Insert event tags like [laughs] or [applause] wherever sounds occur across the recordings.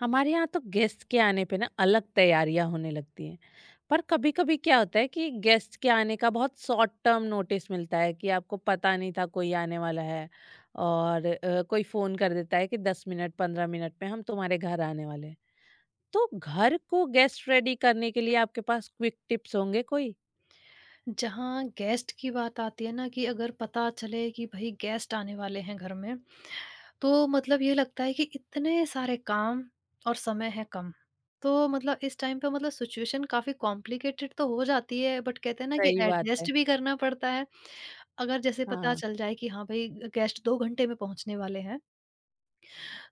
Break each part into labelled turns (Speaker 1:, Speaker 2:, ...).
Speaker 1: हमारे यहाँ तो गेस्ट के आने पे ना अलग तैयारियां होने लगती हैं। पर कभी कभी क्या होता है कि गेस्ट के आने का बहुत शॉर्ट टर्म नोटिस मिलता है कि आपको पता नहीं था कोई आने वाला है। और कोई फोन कर देता है कि 10 मिनट 15 मिनट में हम तुम्हारे घर आने वाले हैं। तो घर को गेस्ट रेडी करने के लिए आपके पास क्विक टिप्स होंगे कोई।
Speaker 2: जहाँ गेस्ट की बात आती है ना कि अगर पता चले कि भाई गेस्ट आने वाले हैं घर में, तो मतलब ये लगता है कि इतने सारे काम और समय है कम। तो मतलब इस टाइम पे मतलब सिचुएशन काफ़ी कॉम्प्लिकेटेड तो हो जाती है, बट कहते हैं ना कि
Speaker 1: सही बात है।
Speaker 2: एडजस्ट भी करना पड़ता है। अगर जैसे पता
Speaker 1: हाँ,
Speaker 2: चल जाए कि हाँ भाई, गेस्ट 2 घंटे में पहुँचने वाले हैं,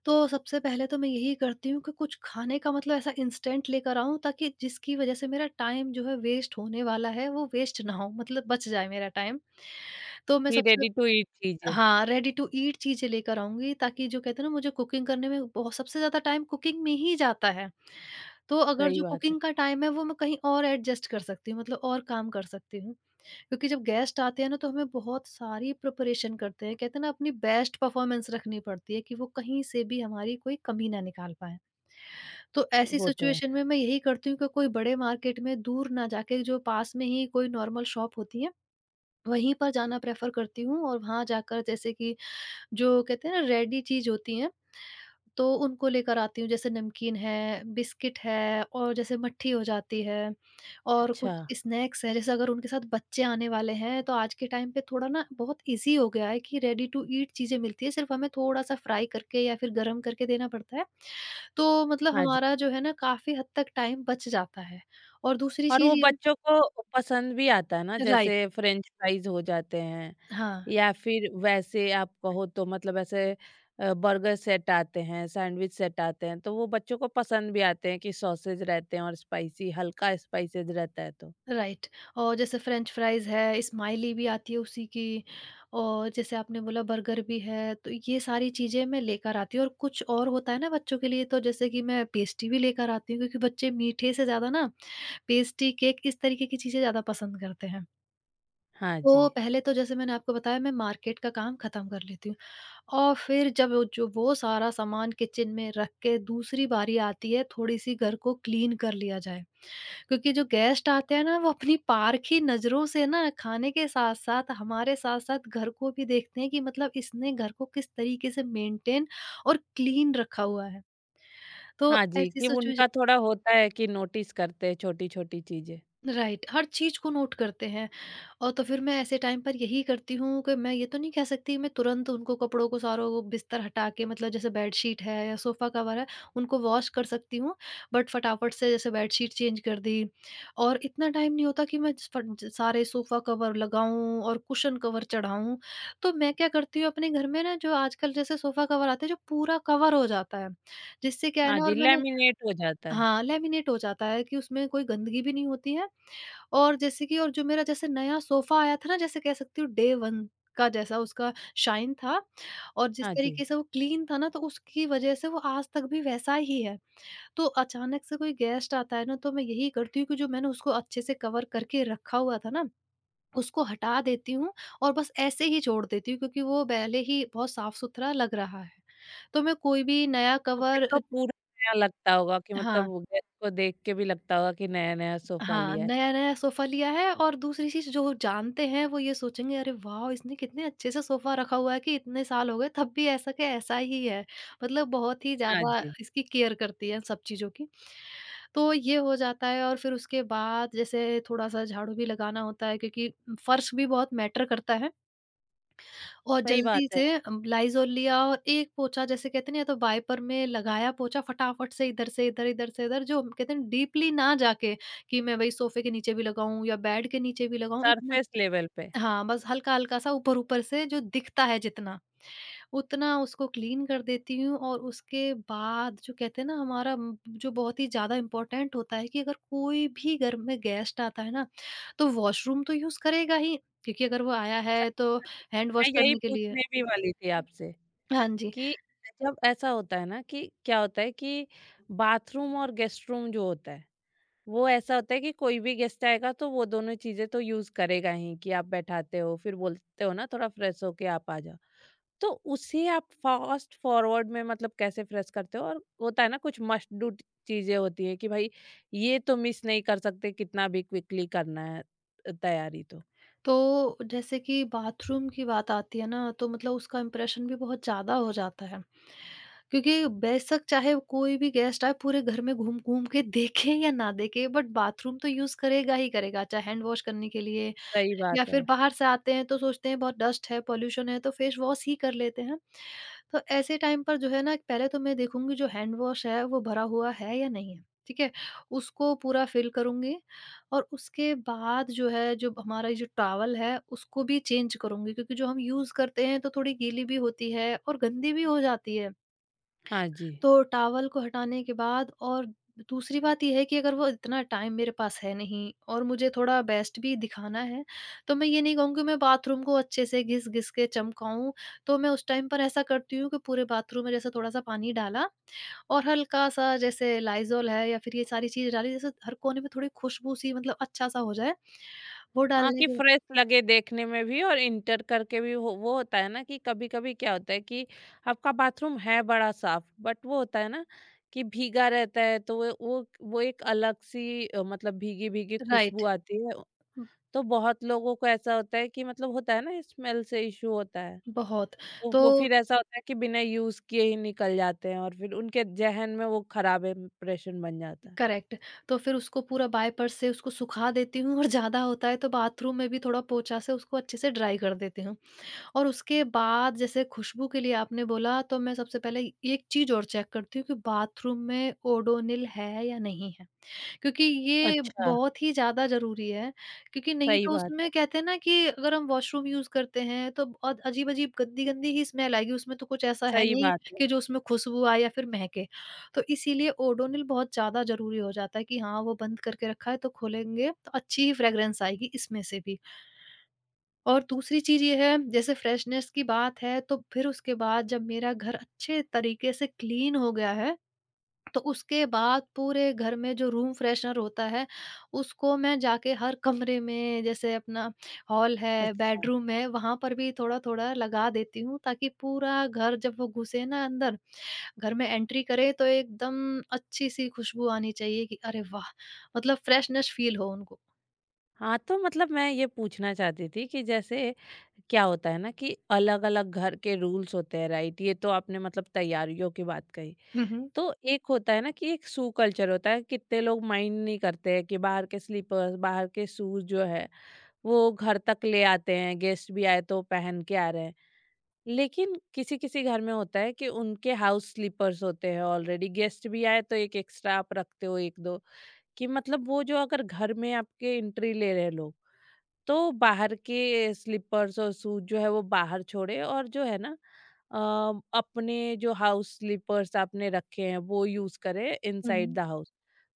Speaker 2: तो सबसे पहले तो मैं यही करती हूँ कि कुछ खाने का मतलब ऐसा इंस्टेंट लेकर आऊँ, ताकि जिसकी वजह से मेरा टाइम जो है वेस्ट होने वाला है वो वेस्ट ना हो, मतलब बच जाए मेरा टाइम। तो मैं
Speaker 1: कि
Speaker 2: सबसे।
Speaker 1: रेडी टू ईट चीजें।
Speaker 2: हाँ, रेडी टू ईट चीज़ें लेकर आऊँगी, ताकि जो कहते हैं ना, मुझे कुकिंग करने में बहुत, सबसे ज़्यादा टाइम कुकिंग में ही जाता है। तो अगर
Speaker 1: सही
Speaker 2: जो
Speaker 1: बात है।
Speaker 2: कुकिंग का टाइम है, वो मैं कहीं और एडजस्ट कर सकती हूँ, मतलब और काम कर सकती हूँ। क्योंकि जब गेस्ट आते हैं ना, तो हमें बहुत सारी प्रिपरेशन करते हैं, कहते हैं ना अपनी बेस्ट परफॉर्मेंस रखनी पड़ती है कि वो कहीं से भी हमारी कोई कमी ना निकाल पाए। तो ऐसी
Speaker 1: वो तो है।
Speaker 2: सिचुएशन में मैं यही करती हूँ कि कोई बड़े मार्केट में दूर ना जाके, जो पास में ही कोई नॉर्मल शॉप होती है वहीं पर जाना प्रेफर करती हूँ। और वहाँ जाकर जैसे कि जो कहते हैं ना रेडी चीज होती है, तो उनको लेकर आती हूँ, जैसे नमकीन है, बिस्किट है और जैसे मट्ठी हो जाती है और
Speaker 1: अच्छा।
Speaker 2: कुछ स्नैक्स हैं। जैसे अगर उनके साथ बच्चे आने वाले हैं, तो आज के टाइम पे थोड़ा ना बहुत ईज़ी हो गया है कि रेडी टू ईट चीज़ें मिलती हैं, सिर्फ़ हमें थोड़ा-सा फ्राई करके या फिर गरम करके देना पड़ता है। तो मतलब
Speaker 1: हाँ,
Speaker 2: हमारा जो है ना काफ़ी हद तक टाइम बच जाता है। और दूसरी
Speaker 1: और वो
Speaker 2: चीज़ ये।
Speaker 1: बच्चों को पसंद भी आता है ना, जैसे
Speaker 2: राइट,
Speaker 1: फ्रेंच फ्राइज हो जाते हैं।
Speaker 2: हाँ।
Speaker 1: या फिर वैसे आप कहो तो मतलब ऐसे बर्गर सेट आते हैं, सैंडविच सेट आते हैं, तो वो बच्चों को पसंद भी आते हैं कि सॉसेज रहते हैं और स्पाइसी हल्का स्पाइसेज रहता है तो।
Speaker 2: राइट, और जैसे फ्रेंच फ्राइज़ है, स्माइली भी आती है उसी की। और जैसे आपने बोला बर्गर भी है, तो ये सारी चीज़ें मैं लेकर आती हूँ, और कुछ और होता है ना बच्चों के लिए, तो जैसे कि मैं पेस्ट्री भी लेकर आती हूँ क्योंकि बच्चे मीठे से ज़्यादा ना पेस्ट्री, केक इस तरीके की चीज़ें ज़्यादा पसंद करते हैं।
Speaker 1: हाँ जी।
Speaker 2: तो पहले तो जैसे मैंने आपको बताया, मैं मार्केट का काम खत्म कर लेती हूँ। और फिर जब वो, जो वो सारा सामान किचन में रख के दूसरी बारी आती है, थोड़ी-सी घर को क्लीन कर लिया जाए। क्योंकि जो गेस्ट आते हैं ना, वो अपनी पारखी नज़रों से ना खाने के साथ-साथ, हमारे साथ-साथ घर को भी देखते हैं कि मतलब इसने घर को किस तरीके से मेंटेन और क्लीन रखा हुआ है। तो
Speaker 1: हाँ जी,
Speaker 2: ऐसी
Speaker 1: कि
Speaker 2: सिचुएश।
Speaker 1: उनका थोड़ा होता है कि नोटिस करते हैं छोटी-छोटी चीज़ें।
Speaker 2: राइट, हर चीज़ को नोट करते हैं। और तो फिर मैं ऐसे टाइम पर यही करती हूँ कि मैं ये तो नहीं कह सकती मैं तुरंत उनको कपड़ों को सारों को बिस्तर हटा के, मतलब जैसे बेडशीट है या सोफ़ा कवर है, उनको वॉश कर सकती हूँ, बट फटाफट से जैसे बेडशीट चेंज कर दी, और इतना टाइम नहीं होता कि मैं फट सारे सोफ़ा कवर लगाऊँ और कुशन कवर चढ़ाऊँ। तो मैं क्या करती हूँ अपने घर में ना, जो आजकल जैसे सोफ़ा कवर आते हैं जो पूरा कवर हो जाता है, जिससे क्या है
Speaker 1: हाँ
Speaker 2: ना।
Speaker 1: जी,
Speaker 2: और मैंने।
Speaker 1: लैमिनेट हो जाता है।
Speaker 2: हाँ, लैमिनेट हो जाता है कि उसमें कोई गंदगी भी नहीं होती है। और जैसे कि और जो मेरा जैसे नया सोफ़ा आया था ना, जैसे कह सकती हूँ डे 1 का जैसा उसका शाइन था, और जिस
Speaker 1: हाँ जी,
Speaker 2: तरीके से वो क्लीन था ना, तो उसकी वज़ह से वो आज तक भी वैसा ही है। तो अचानक से कोई गेस्ट आता है ना, तो मैं यही करती हूँ कि जो मैंने उसको अच्छे से कवर करके रखा हुआ था ना, उसको हटा देती हूँ और बस ऐसे ही छोड़ देती हूँ, क्योंकि वो पहले ही बहुत साफ़-सुथरा लग रहा है। तो मैं कोई भी नया
Speaker 1: तो फिर
Speaker 2: कवर
Speaker 1: तो पूरा नया लगता होगा कि मतलब
Speaker 2: हाँ।
Speaker 1: वो गेस्ट को देख के भी लगता होगा कि नया-नया सोफ़ा
Speaker 2: हाँ,
Speaker 1: लिया है।
Speaker 2: नया-नया सोफ़ा लिया है, और दूसरी चीज़ जो वो जानते हैं, वो ये सोचेंगे अरे वाह! इसने कितने अच्छे से सोफ़ा रखा हुआ है कि इतने साल हो गए तब भी ऐसा के ऐसा ही है। मतलब बहुत ही
Speaker 1: हाँ
Speaker 2: ज़्यादा
Speaker 1: जी।
Speaker 2: इसकी केयर करती है सब चीज़ों की। तो ये हो जाता है, और फिर उसके बाद जैसे थोड़ा-सा झाड़ू भी लगाना होता है, क्योंकि फर्श भी बहुत मैटर करता है। और
Speaker 1: सही बात
Speaker 2: जल्दी
Speaker 1: है।
Speaker 2: से लाइज़ॉल लिया और एक पोंछा, जैसे कहते हैं ना, या तो वाइपर में लगाया पोंछा फटाफट से इधर, इधर से इधर, जो हम कहते हैं डीपली ना जाके, कि मैं भई सोफ़े के नीचे भी लगाऊँ या बेड के नीचे भी लगाऊँ इतना।
Speaker 1: सरफेस लेवल पे।
Speaker 2: हाँ, बस हल्का-हल्का सा ऊपर-ऊपर से जो दिखता है जितना, उतना उसको क्लीन कर देती हूँ। और उसके बाद जो कहते हैं ना हमारा जो बहुत ही ज़्यादा इम्पोर्टेंट होता है कि अगर कोई भी घर में गेस्ट आता है ना, तो वॉशरूम तो यूज़ करेगा ही, क्योंकि अगर वो आया
Speaker 1: सही
Speaker 2: है तो
Speaker 1: बात है।
Speaker 2: हैंड वॉश
Speaker 1: मैं यही
Speaker 2: करने के लिए।
Speaker 1: पूछने भी वाली थी आपसे
Speaker 2: हाँ जी,
Speaker 1: कि जब ऐसा होता है ना कि क्या होता है कि बाथरूम और गेस्ट रूम जो होता है, वो ऐसा होता है कि कोई भी गेस्ट आएगा तो वो दोनों चीज़ें तो यूज़ करेगा ही कि आप बैठाते हो, फिर बोलते हो ना थोड़ा फ्रेश होके आप आ जाओ। तो उसे आप फ़ास्ट फ़ॉरवर्ड में मतलब कैसे फ्रेश करते हो? और होता है ना कुछ मस्ट डू चीज़ें होती हैं कि भाई ये तो मिस नहीं कर सकते, कितना भी क्विकली करना है तैयारी तो।
Speaker 2: तो जैसे कि बाथरूम की बात आती है ना, तो मतलब उसका इम्प्रेशन भी बहुत ज़्यादा हो जाता है। क्योंकि बेशक चाहे कोई भी गेस्ट आए, पूरे घर में घूम-घूम के देखे या ना देखे, बट बाथरूम तो यूज़ करेगा ही करेगा। चाहे हैंड वॉश करने के लिए,
Speaker 1: सही बात
Speaker 2: या
Speaker 1: है।
Speaker 2: फिर बाहर से आते हैं तो सोचते हैं बहुत डस्ट है, पॉल्यूशन है, तो फेस वॉश ही कर लेते हैं। तो ऐसे टाइम पर जो है ना, पहले तो मैं देखूँगी जो हैंड वॉश है वो भरा हुआ है या नहीं है, ठीक है? उसको पूरा फ़िल करूँगी, और उसके बाद जो है, जो हमारा ये जो टॉवल है उसको भी चेंज करूँगी, क्योंकि जो हम यूज़ करते हैं तो थोड़ी गीली भी होती है और गंदी भी हो जाती है।
Speaker 1: हाँ जी।
Speaker 2: तो टॉवल को हटाने के बाद, और दूसरी बात ये है कि अगर वो इतना टाइम मेरे पास है नहीं और मुझे थोड़ा बेस्ट भी दिखाना है, तो मैं ये नहीं कहूँगी मैं बाथरूम को अच्छे से घिस-घिस के चमकाऊँ, तो मैं उस टाइम पर ऐसा करती हूँ कि पूरे बाथरूम में जैसे थोड़ा-सा पानी डाला और हल्का-सा जैसे लाइज़ॉल है या फिर ये सारी चीज़ डाली, जैसे हर कोने में थोड़ी खुशबू सी, मतलब अच्छा-सा हो जाए। वो
Speaker 1: हाँ,
Speaker 2: डालने
Speaker 1: कि
Speaker 2: के बाद।
Speaker 1: फ्रेश लगे देखने में भी और इंटर करके भी हो, वो होता है ना कि कभी-कभी क्या होता है कि आपका बाथरूम है बड़ा साफ, बट वो होता है ना कि भीगा रहता है तो वो वो एक अलग-सी मतलब भीगी-भीगी खुशबू
Speaker 2: राइट।
Speaker 1: आती है। तो बहुत लोगों को ऐसा होता है कि मतलब होता है ना स्मेल से इश्यू होता है।
Speaker 2: बहुत।
Speaker 1: तो वो
Speaker 2: तो
Speaker 1: फिर ऐसा होता है कि बिना यूज़ किए ही निकल जाते हैं और फिर उनके ज़हन में वो खराब इम्प्रेशन बन जाता है।
Speaker 2: करेक्ट। तो फिर उसको पूरा बाय पर्स से उसको सुखा देती हूँ, और ज़्यादा होता है तो बाथरूम में भी थोड़ा पोंछा से उसको अच्छे से ड्राई कर देती हूँ। और उसके बाद जैसे खुशबू के लिए आपने बोला, तो मैं सबसे पहले एक चीज़ और चेक करती हूँ कि बाथरूम में ओडोनिल है या नहीं है। क्योंकि ये
Speaker 1: अच्छा।
Speaker 2: बहुत ही ज़्यादा ज़रूरी है, क्योंकि नहीं
Speaker 1: सही
Speaker 2: तो
Speaker 1: बात है।
Speaker 2: उसमें कहते हैं ना कि अगर हम वॉशरूम यूज़ करते हैं तो बहुत अजीब-अजीब, गंदी-गंदी ही स्मेल आएगी, उसमें तो कुछ ऐसा है
Speaker 1: सही
Speaker 2: नहीं
Speaker 1: बात है।
Speaker 2: कि जो उसमें खुशबू आए या फिर महके। तो इसीलिए ओडोनिल बहुत ज़्यादा ज़रूरी हो जाता है, कि हाँ, वो बंद करके रखा है तो खोलेंगे तो अच्छी ही फ्रेग्रेंस आएगी इसमें से भी। और दूसरी चीज़ ये है, जैसे फ्रेशनेस की बात है, तो फिर उसके बाद जब मेरा घर अच्छे तरीके से क्लीन हो गया है, तो उसके बाद पूरे घर में जो रूम फ्रेशनर होता है, उसको मैं जाके हर कमरे में, जैसे अपना हॉल है,
Speaker 1: अच्छा।
Speaker 2: बेडरूम है, वहाँ पर भी थोड़ा-थोड़ा लगा देती हूँ, ताकि पूरा घर जब वो घुसे ना अंदर, घर में एंट्री करे, तो एकदम अच्छी-सी खुशबू आनी चाहिए कि अरे वाह! मतलब फ्रेशनेस फ़ील हो उनको।
Speaker 1: हाँ, तो मतलब मैं ये पूछना चाहती थी कि जैसे क्या होता है ना कि अलग-अलग घर के रूल्स होते हैं, राइट? ये तो आपने मतलब तैयारियों की बात कही।
Speaker 2: हुँ, हुँ।
Speaker 1: तो एक होता है ना कि एक शू कल्चर होता है, कितने लोग माइंड नहीं करते हैं कि बाहर के स्लीपर्स, बाहर के शूज़ जो है, वो घर तक ले आते हैं, गेस्ट भी आए तो पहन के आ रहे हैं। लेकिन किसी-किसी घर में होता है कि उनके हाउस स्लीपर्स होते हैं ऑलरेडी, गेस्ट भी आए तो एक एक्स्ट्रा आप रखते हो 1-2 कि मतलब वो जो अगर घर में आपके एंट्री ले रहे हैं लोग, तो बाहर के स्लीपर्स और शूज जो है वो बाहर छोड़े, और जो है ना अ, अपने जो हाउस स्लीपर्स आपने रखे हैं वो यूज करें
Speaker 2: हुँ।
Speaker 1: Inside the house.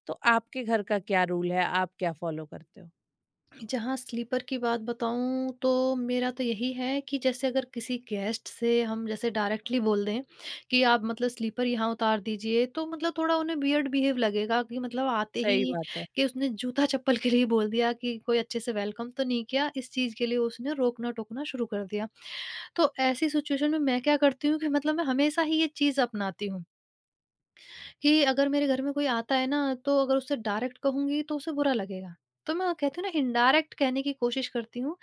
Speaker 1: तो आपके घर का क्या रूल है, आप क्या फॉलो करते हो?
Speaker 2: जहाँ स्लीपर की बात बताऊँ, तो मेरा तो यही है कि जैसे अगर किसी गेस्ट से हम जैसे डायरेक्टली बोल दें कि आप मतलब स्लीपर यहाँ उतार दीजिए, तो मतलब थोड़ा उन्हें वियर्ड बिहेव लगेगा कि मतलब आते
Speaker 1: सही
Speaker 2: ही
Speaker 1: बात है।
Speaker 2: कि उसने जूता चप्पल के लिए बोल दिया, कि कोई अच्छे से वेलकम तो नहीं किया, इस चीज़ के लिए उसने रोकना टोकना शुरू कर दिया। तो ऐसी सिचुएशन में मैं क्या करती हूँ कि मतलब मैं हमेशा ही ये चीज़ अपनाती हूँ कि अगर मेरे घर में कोई आता है ना, तो अगर उससे डायरेक्ट कहूँगी तो उसे बुरा लगेगा। तो मैं कहती हूँ ना, इनडायरेक्ट कहने की कोशिश करती हूँ।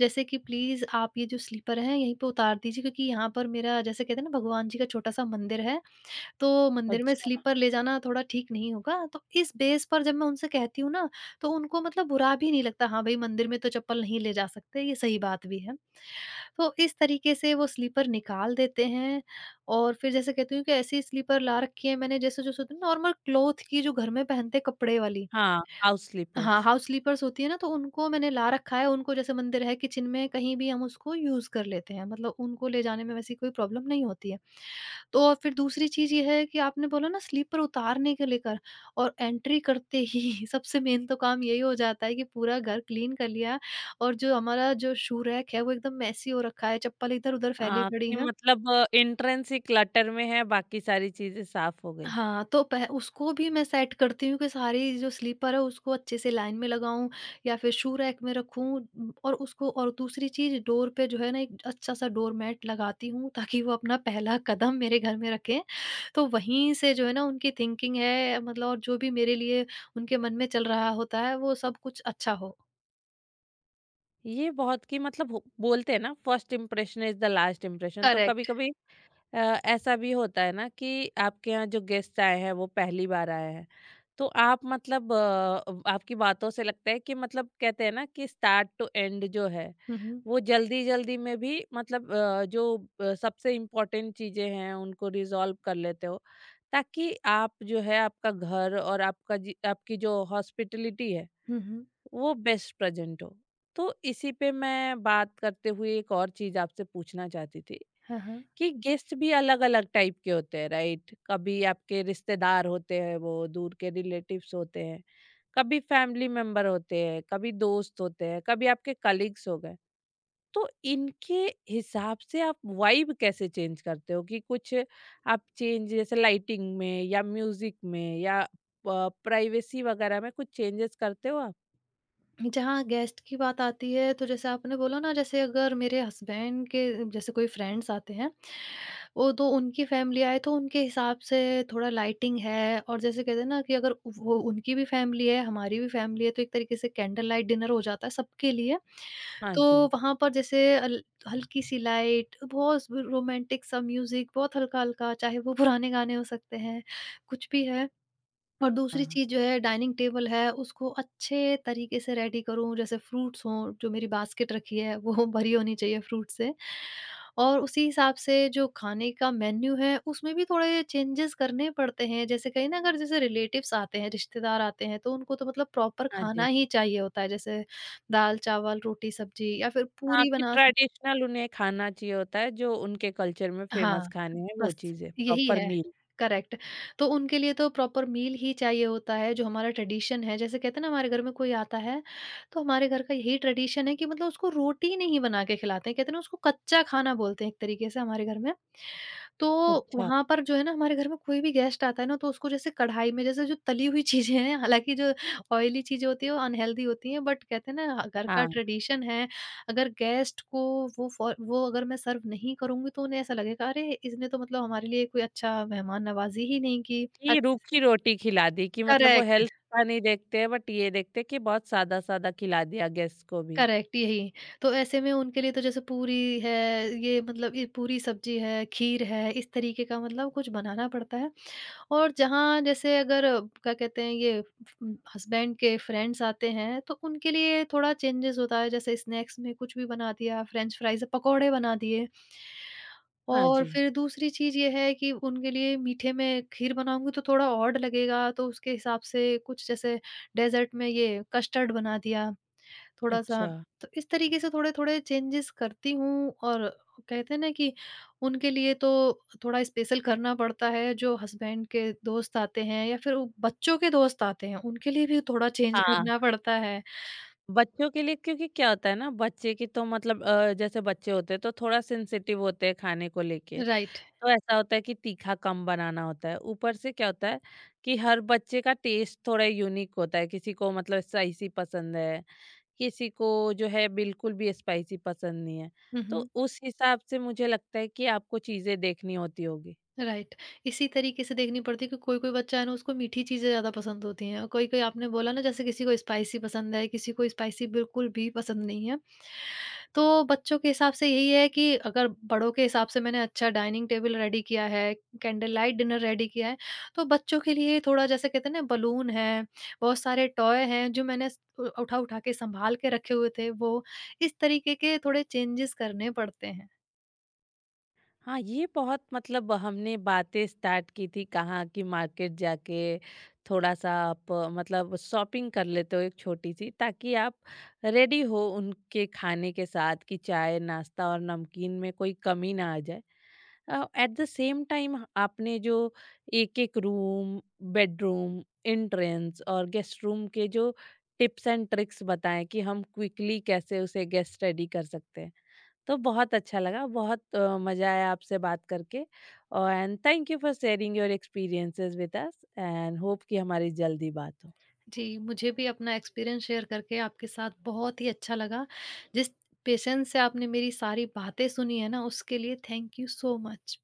Speaker 2: जैसे कि प्लीज़ आप ये जो स्लीपर है यहीं पे उतार दीजिए, क्योंकि यहाँ पर मेरा जैसे कहते हैं ना, भगवान जी का छोटा-सा मंदिर है। तो मंदिर में
Speaker 1: अच्छा।
Speaker 2: स्लीपर ले जाना थोड़ा ठीक नहीं होगा। तो इस बेस पर जब मैं उनसे कहती हूँ ना, तो उनको मतलब बुरा भी नहीं लगता। हाँ भई, मंदिर में तो चप्पल नहीं ले जा सकते, ये सही बात भी है। तो इस तरीके से वो स्लीपर निकाल देते हैं। और फिर जैसे कहती हूँ कि ऐसी स्लीपर ला रखी है मैंने, जैसे जैसे होती है नॉर्मल क्लॉथ की, जो घर में पहनते कपड़े वाली।
Speaker 1: हाँ। हाउस
Speaker 2: हाँ,
Speaker 1: स्लीपर्स।
Speaker 2: हाउस स्लीपर्स होती है ना, तो उनको मैंने ला रखा है। उनको जैसे मंदिर है, किचन में कहीं भी हम उसको यूज़ कर लेते हैं, मतलब उनको ले जाने में वैसी कोई प्रॉब्लम नहीं होती है। तो और फिर दूसरी चीज़ ये है कि आपने बोला ना स्लीपर उतारने के लेकर, और एंट्री करते ही [laughs] सबसे मेन तो काम यही हो जाता है कि पूरा घर क्लीन कर लिया, और जो हमारा जो शू रैक है वो एकदम मैसी हो रखा है, चप्पल इधर-उधर फैली
Speaker 1: हाँ,
Speaker 2: पड़ी
Speaker 1: कि
Speaker 2: हैं।
Speaker 1: मतलब एंट्रेंस ही क्लटर में है, बाकी सारी चीजें साफ हो गई।
Speaker 2: हाँ, तो पह उसको भी मैं सेट करती हूँ कि सारी जो स्लीपर है उसको अच्छे से लाइन में लगाऊँ या फिर शू रैक में रखूँ। और उसको, और दूसरी चीज़, डोर पे जो है ना, एक अच्छा-सा डोर मैट लगाती हूँ ताकि वो अपना पहला कदम मेरे घर में रखें। तो वहीं से जो है ना उनकी थिंकिंग है मतलब, और जो भी मेरे लिए उनके मन में चल रहा होता है वो सब कुछ अच्छा हो।
Speaker 1: ये बहुत की मतलब बोलते हैं ना first impression is the last impression, तो कभी
Speaker 2: करेक्ट।
Speaker 1: कभी अ, ऐसा भी होता है ना कि आपके यहाँ जो गेस्ट आए हैं वो पहली बार आए हैं, तो आप मतलब आपकी बातों से लगता है कि मतलब कहते हैं ना कि स्टार्ट टू एंड जो है,
Speaker 2: हुँ, हुँ।
Speaker 1: वो जल्दी जल्दी में भी मतलब जो सबसे इम्पोर्टेंट चीज़ें हैं उनको रिजॉल्व कर लेते हो, ताकि आप जो है आपका घर और आपका आपकी जो हॉस्पिटलिटी है
Speaker 2: हुँ, हुँ।
Speaker 1: वो बेस्ट प्रेजेंट हो। तो इसी पे मैं बात करते हुए एक और चीज़ आपसे पूछना चाहती थी
Speaker 2: हाँ, हाँ।
Speaker 1: कि गेस्ट भी अलग-अलग टाइप के होते हैं, राइट? कभी आपके रिश्तेदार होते हैं वो, दूर के रिलेटिव्स होते हैं, कभी फैमिली मेंबर होते हैं, कभी दोस्त होते हैं, कभी आपके कलीग्स हो गए। तो इनके हिसाब से आप वाइब कैसे चेंज करते हो, कि कुछ आप चेंज जैसे लाइटिंग में या म्यूजिक में या प प्राइवेसी वगैरह में कुछ चेंजेस करते हो आप?
Speaker 2: जहाँ गेस्ट की बात आती है, तो जैसे आपने बोला ना, जैसे अगर मेरे हस्बैंड के जैसे कोई फ्रेंड्स आते हैं, वो तो उनकी फैमिली आए, तो उनके हिसाब से थोड़ा लाइटिंग है। और जैसे कहते हैं ना कि अगर वो उनकी भी फैमिली है, हमारी भी फैमिली है, तो एक तरीके से कैंडल लाइट डिनर हो जाता है सबके लिए।
Speaker 1: हाँ
Speaker 2: तो
Speaker 1: जी।
Speaker 2: वहाँ पर जैसे अल हल्की-सी लाइट, बहुत रोमांटिक सा म्यूज़िक, बहुत हल्का-हल्का, चाहे वो पुराने गाने हो सकते हैं, कुछ भी है। और दूसरी
Speaker 1: हाँ,
Speaker 2: चीज़ जो है, डाइनिंग टेबल है उसको अच्छे तरीके से रेडी करूँ। जैसे फ्रूट्स हों, जो मेरी बास्केट रखी है वो [laughs] भरी होनी चाहिए फ्रूट से। और उसी हिसाब से जो खाने का मेन्यू है उसमें भी थोड़े चेंजेस करने पड़ते हैं। जैसे कहीं ना, अगर जैसे रिलेटिव्स आते हैं, रिश्तेदार आते हैं, तो उनको तो मतलब प्रॉपर
Speaker 1: हाँ जी।
Speaker 2: खाना ही चाहिए होता है, जैसे दाल चावल रोटी सब्जी या फिर
Speaker 1: हाँ,
Speaker 2: पूरी
Speaker 1: कि
Speaker 2: बना।
Speaker 1: ट्रेडिशनल उन्हें खाना चाहिए होता है, जो उनके कल्चर में फेमस
Speaker 2: हाँ,
Speaker 1: खाने हैं वो
Speaker 2: बस
Speaker 1: चीज़ें,
Speaker 2: यही
Speaker 1: प्रॉपर
Speaker 2: है,
Speaker 1: मील।
Speaker 2: करेक्ट। तो उनके लिए तो प्रॉपर मील ही चाहिए होता है, जो हमारा ट्रेडिशन है। जैसे कहते हैं ना, हमारे घर में कोई आता है, तो हमारे घर का यही ट्रेडिशन है कि मतलब उसको रोटी नहीं बना के खिलाते हैं। कहते हैं ना, उसको कच्चा खाना बोलते हैं एक तरीके से हमारे घर में। तो
Speaker 1: अच्छा।
Speaker 2: वहाँ पर जो है ना, हमारे घर में कोई भी गेस्ट आता है ना, तो उसको जैसे कढ़ाई में जैसे जो तली हुई [laughs] चीज़ें हैं, हालाँकि जो ऑयली चीज़ें होती हैं वो अनहेल्दी होती हैं, बट कहते हैं ना, घर का
Speaker 1: हाँ,
Speaker 2: ट्रेडिशन है। अगर गेस्ट को वो फ़ॉ वो अगर मैं सर्व नहीं करूँगी, तो उन्हें ऐसा लगेगा, अरे! इसने तो मतलब हमारे लिए कोई अच्छा मेहमान-नवाज़ी ही नहीं की
Speaker 1: कि
Speaker 2: अच्छे से।
Speaker 1: रूखी रोटी खिला दी कि मतलब वो
Speaker 2: करेक्ट,
Speaker 1: हेल्थ का नहीं देखते हैं बट ये देखते हैं कि बहुत सादा-सादा खिला दिया गेस्ट को भी।
Speaker 2: करेक्ट यही। तो ऐसे में उनके लिए तो जैसे पूरी है, ये मतलब ये पूरी सब्ज़ी है, खीर है, इस तरीके का मतलब कुछ बनाना पड़ता है। और जहाँ जैसे अगर क्या कहते हैं ये हस्बैंड के फ्रेंड्स आते हैं, तो उनके लिए थोड़ा चेंजेस होता है, जैसे स्नैक्स में कुछ भी बना दिया, फ्रेंच फ्राइज़, पकौड़े बना दिए।
Speaker 1: हाँ
Speaker 2: और
Speaker 1: जी,
Speaker 2: फिर दूसरी चीज़ ये है कि उनके लिए मीठे में खीर बनाऊँगी तो थोड़ा ऑड लगेगा, तो उसके हिसाब से कुछ, जैसे डेज़र्ट में ये कस्टर्ड बना दिया थोड़ा-सा।
Speaker 1: अच्छा।
Speaker 2: तो इस तरीके से थोड़े-थोड़े चेंजेज़ करती हूँ, और कहते हैं ना कि उनके लिए तो थोड़ा स्पेशल करना पड़ता है। जो हस्बैंड के दोस्त आते हैं या फिर वो बच्चों के दोस्त आते हैं, उनके लिए भी थोड़ा चेंज
Speaker 1: हाँ,
Speaker 2: करना पड़ता है।
Speaker 1: बच्चों के लिए क्योंकि क्या होता है ना बच्चे की तो मतलब जैसे बच्चे होते हैं तो थोड़ा सेंसिटिव होते हैं खाने को लेके।
Speaker 2: राइट।
Speaker 1: तो ऐसा होता है कि तीखा कम बनाना होता है। ऊपर से क्या होता है कि हर बच्चे का टेस्ट थोड़ा यूनिक होता है। किसी को मतलब स्पाइसी पसंद है, किसी को जो है बिल्कुल भी स्पाइसी पसंद नहीं है।
Speaker 2: हुँ,
Speaker 1: तो
Speaker 2: हुँ।
Speaker 1: उस हिसाब से मुझे लगता है कि आपको चीज़ें देखनी होती होगी।
Speaker 2: राइट। इसी तरीके से देखनी पड़ती है कि कोई-कोई बच्चा है ना, उसको मीठी चीज़ें ज़्यादा पसंद होती हैं, और कोई-कोई आपने बोला ना, जैसे किसी को स्पाइसी पसंद है, किसी को स्पाइसी बिल्कुल भी पसंद नहीं है। तो बच्चों के हिसाब से यही है कि अगर बड़ों के हिसाब से मैंने अच्छा डाइनिंग टेबल रेडी किया है, कैंडल लाइट डिनर रेडी किया है, तो बच्चों के लिए थोड़ा जैसे कहते हैं ना, बलून है, बहुत सारे टॉय हैं जो मैंने उ उठा-उठा के सँभाल के रखे हुए थे वो, इस तरीके के थोड़े चेंजेज़ करने पड़ते हैं।
Speaker 1: हाँ, ये बहुत मतलब हमने बातें स्टार्ट की थी कहाँ कि मार्केट जाके थोड़ा सा आप मतलब शॉपिंग कर लेते हो एक छोटी सी, ताकि आप रेडी हो उनके खाने के साथ कि चाय नाश्ता और नमकीन में कोई कमी ना आ जाए। एट द सेम टाइम आपने जो एक एक रूम, बेडरूम, एंट्रेंस और गेस्ट रूम के जो टिप्स एंड ट्रिक्स बताएं कि हम क्विकली कैसे उसे गेस्ट रेडी कर सकते हैं, तो बहुत अच्छा लगा, बहुत मज़ा आया आपसे बात करके। And thank you for sharing your experiences with us and hope कि हमारी जल्दी बात हो।
Speaker 2: जी, मुझे भी अपना एक्सपीरियंस शेयर करके आपके साथ बहुत ही अच्छा लगा। जिस पेशेंस से आपने मेरी सारी बातें सुनी है ना, उसके लिए थैंक यू सो मच।